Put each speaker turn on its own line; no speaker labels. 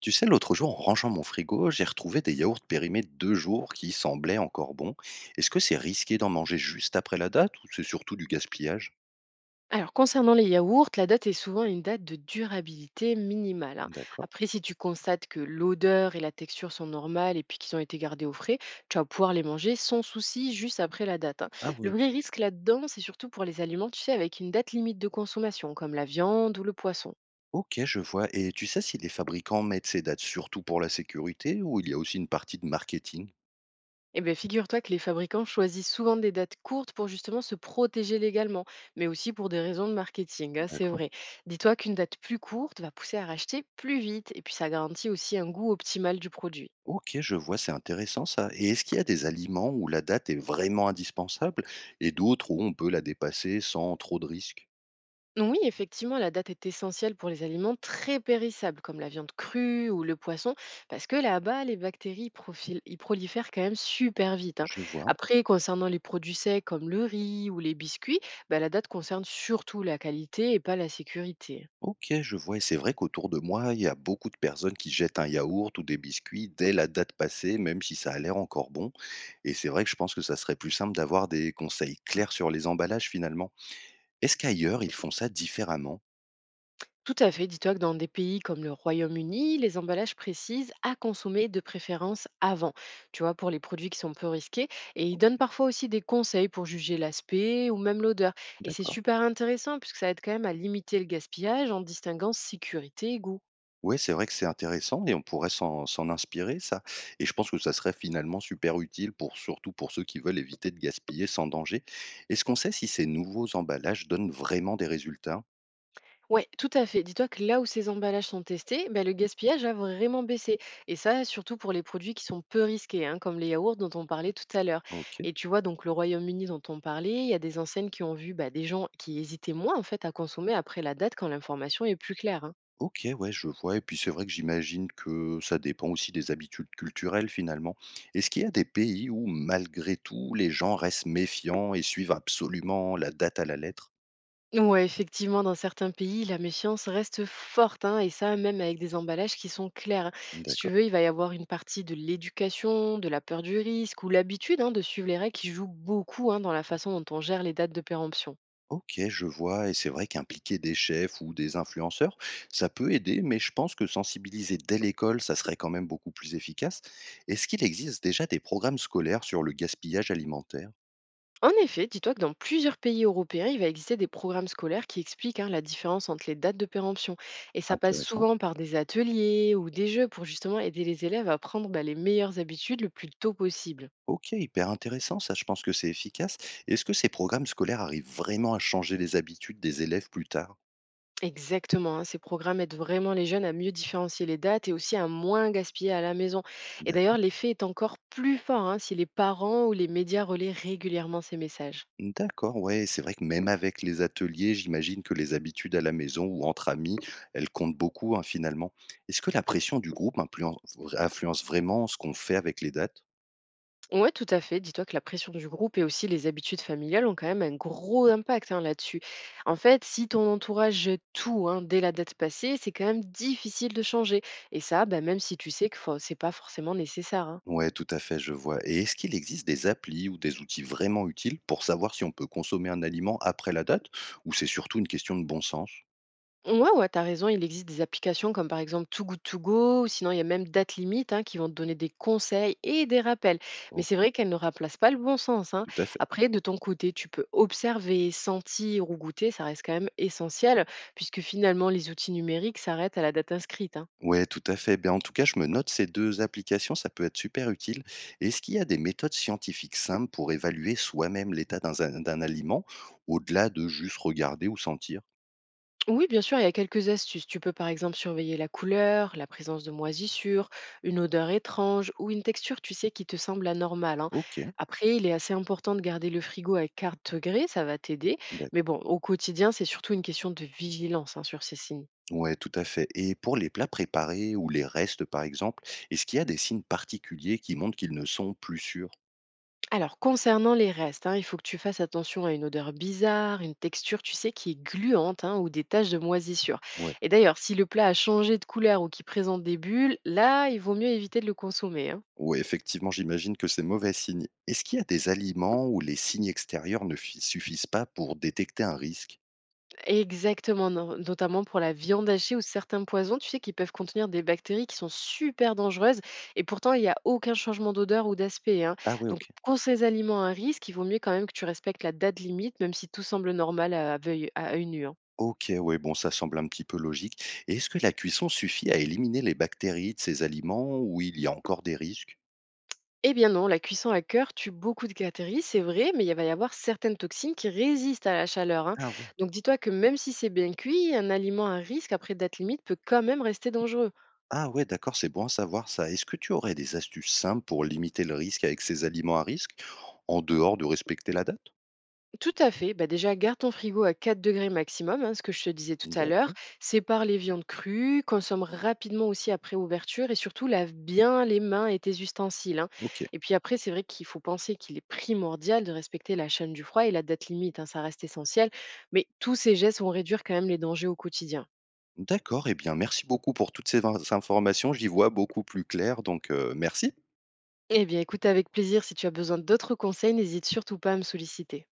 Tu sais, l'autre jour, en rangeant mon frigo, j'ai retrouvé des yaourts périmés de deux jours qui semblaient encore bons. Est-ce que c'est risqué d'en manger juste après la date ou c'est surtout du gaspillage?
Alors, concernant les yaourts, la date est souvent une date de durabilité minimale, hein.
D'accord.
Après, si tu constates que l'odeur et la texture sont normales et puis qu'ils ont été gardés au frais, tu vas pouvoir les manger sans souci juste après la date, hein.
Ah oui,
Le vrai
ok.
risque là-dedans, c'est surtout pour les aliments, tu sais, avec une date limite de consommation, comme la viande ou le poisson.
Ok, je vois. Et tu sais si les fabricants mettent ces dates surtout pour la sécurité ou il y a aussi une partie de marketing?
Eh bien, figure-toi que les fabricants choisissent souvent des dates courtes pour justement se protéger légalement, mais aussi pour des raisons de marketing, hein, c'est
D'accord.
vrai. Dis-toi qu'une date plus courte va pousser à racheter plus vite, et puis ça garantit aussi un goût optimal du produit.
Ok, je vois, c'est intéressant ça. Et est-ce qu'il y a des aliments où la date est vraiment indispensable et d'autres où on peut la dépasser sans trop de risques?
Oui, effectivement, la date est essentielle pour les aliments très périssables, comme la viande crue ou le poisson, parce que là-bas, les bactéries ils prolifèrent quand même super vite, hein.
Je vois.
Après, concernant les produits secs comme le riz ou les biscuits, bah, la date concerne surtout la qualité et pas la sécurité.
OK, je vois et c'est vrai qu'autour de moi, il y a beaucoup de personnes qui jettent un yaourt ou des biscuits dès la date passée, même si ça a l'air encore bon. Et c'est vrai que je pense que ça serait plus simple d'avoir des conseils clairs sur les emballages finalement. Est-ce qu'ailleurs, ils font ça différemment?
Tout à fait. Dis-toi que dans des pays comme le Royaume-Uni, les emballages précisent à consommer de préférence avant, tu vois, pour les produits qui sont peu risqués. Et ils
OK,
donnent parfois aussi des conseils pour juger l'aspect ou même l'odeur. Et c'est
d'accord.
super intéressant puisque ça aide quand même à limiter le gaspillage en distinguant sécurité et goût.
Ouais, c'est vrai que c'est intéressant et on pourrait s'en inspirer, ça. Et je pense que ça serait finalement super utile pour surtout pour ceux qui veulent éviter de gaspiller sans danger. Est-ce qu'on sait si ces nouveaux emballages donnent vraiment des résultats?
Ouais, tout à fait. Dis-toi que là où ces emballages sont testés, bah, le gaspillage a vraiment baissé. Et ça, surtout pour les produits qui sont peu risqués, hein, comme les yaourts dont on parlait tout à l'heure.
OK.
Et tu vois, donc le Royaume-Uni dont on parlait, il y a des enseignes qui ont vu bah, des gens qui hésitaient moins en fait à consommer après la date quand l'information est plus claire, hein.
OK, ouais, je vois et puis c'est vrai que j'imagine que ça dépend aussi des habitudes culturelles finalement. Est-ce qu'il y a des pays où malgré tout les gens restent méfiants et suivent absolument la date à la lettre?
Ouais, effectivement, dans certains pays, la méfiance reste forte, hein, et ça même avec des emballages qui sont clairs, hein. Si tu
D'accord.
veux, il va y avoir une partie de l'éducation, de la peur du risque ou l'habitude hein, de suivre les règles qui jouent beaucoup hein, dans la façon dont on gère les dates de péremption.
OK, je vois et c'est vrai qu'impliquer des chefs ou des influenceurs, ça peut aider, mais je pense que sensibiliser dès l'école, ça serait quand même beaucoup plus efficace. Est-ce qu'il existe déjà des programmes scolaires sur le gaspillage alimentaire?
En effet, dis-toi que dans plusieurs pays européens, il va exister des programmes scolaires qui expliquent hein, la différence entre les dates de péremption. Et ça passe
Intéressant.
souvent par des ateliers ou des jeux pour justement aider les élèves à prendre bah, les meilleures habitudes le plus tôt possible.
OK, hyper intéressant ça, je pense que c'est efficace. Est-ce que ces programmes scolaires arrivent vraiment à changer les habitudes des élèves plus tard?
Exactement, hein, ces programmes aident vraiment les jeunes à mieux différencier les dates et aussi à moins gaspiller à la maison. Et
D'accord.
d'ailleurs, l'effet est encore plus fort hein, si les parents ou les médias relaient régulièrement ces messages.
D'accord, ouais, c'est vrai que même avec les ateliers, j'imagine que les habitudes à la maison ou entre amis, elles comptent beaucoup, hein, finalement. Est-ce que la pression du groupe influence vraiment ce qu'on fait avec les dates?
Ouais, tout à fait. Dis-toi que la pression du groupe et aussi les habitudes familiales ont quand même un gros impact hein, là-dessus. En fait, si ton entourage jette tout hein, dès la date passée, c'est quand même difficile de changer. Et ça, bah, même si tu sais que c'est pas forcément nécessaire, hein.
Ouais, tout à fait, je vois. Et est-ce qu'il existe des applis ou des outils vraiment utiles pour savoir si on peut consommer un aliment après la date, ou c'est surtout une question de bon sens?
Ouais, ouais, t'as raison, il existe des applications comme par exemple Too Good To Go, ou sinon il y a même Date Limite hein, qui vont te donner des conseils et des rappels. Mais c'est
OK,
vrai qu'elles ne remplacent pas le bon sens, hein.
tout à fait.
Après, de ton côté, tu peux observer, sentir ou goûter, ça reste quand même essentiel, puisque finalement les outils numériques s'arrêtent à la date inscrite, hein.
Ouais, tout à fait. Ben, en tout cas, je me note ces 2 applications, ça peut être super utile. Est-ce qu'il y a des méthodes scientifiques simples pour évaluer soi-même l'état d'un aliment, au-delà de juste regarder ou sentir?
Oui, bien sûr, il y a quelques astuces. Tu peux par exemple surveiller la couleur, la présence de moisissures, une odeur étrange ou une texture, tu sais, qui te semble anormale, hein.
OK,
Après, il est assez important de garder le frigo à 4 degrés, ça va t'aider. Mais
d'accord.
bon, au quotidien, c'est surtout une question de vigilance hein, sur ces signes.
Ouais, tout à fait et pour les plats préparés ou les restes, par exemple, est-ce qu'il y a des signes particuliers qui montrent qu'ils ne sont plus sûrs?
Alors, concernant les restes, hein, il faut que tu fasses attention à une odeur bizarre, une texture, tu sais, qui est gluante hein, ou des taches de moisissure.
Ouais.
Et d'ailleurs, si le plat a changé de couleur ou qui présente des bulles, là, il vaut mieux éviter de le consommer, hein.
Ouais, effectivement, j'imagine que c'est mauvais signe. Est-ce qu'il y a des aliments où les signes extérieurs ne fi suffisent pas pour détecter un risque?
Exactement, no notamment pour la viande hachée ou certains poisons, tu sais, qui peuvent contenir des bactéries qui sont super dangereuses et pourtant il n'y a aucun changement d'odeur ou d'aspect, hein.
Ah ouais,
Donc
OK.
pour ces aliments à risque, il vaut mieux quand même que tu respectes la date limite, même si tout semble normal à œil nu, hein.
OK, ouais, bon, ça semble un petit peu logique. Et est-ce que la cuisson suffit à éliminer les bactéries de ces aliments ou il y a encore des risques?
Eh bien non, la cuisson à cœur tue beaucoup de bactéries, c'est vrai, mais il va y avoir certaines toxines qui résistent à la chaleur, hein.
Ah ouais.
Donc dis-toi que même si c'est bien cuit, un aliment à risque après date limite peut quand même rester dangereux.
Ah ouais, d'accord, c'est bon à savoir ça. Est-ce que tu aurais des astuces simples pour limiter le risque avec ces aliments à risque, en dehors de respecter la date?
Tout à fait. Bah déjà, garde ton frigo à 4 degrés maximum, hein, ce que je te disais tout à l'heure.
D'accord.
Sépare les viandes crues, consomme rapidement aussi après ouverture et surtout lave bien les mains et tes ustensiles, hein.
OK.
Et puis après, c'est vrai qu'il faut penser qu'il est primordial de respecter la chaîne du froid et la date limite, hein, ça reste essentiel. Mais tous ces gestes vont réduire quand même les dangers au quotidien.
D'accord, eh bien, merci beaucoup pour toutes ces informations. J'y vois beaucoup plus clair, donc merci.
Eh bien, écoute avec plaisir, si tu as besoin d'autres conseils, n'hésite surtout pas à me solliciter.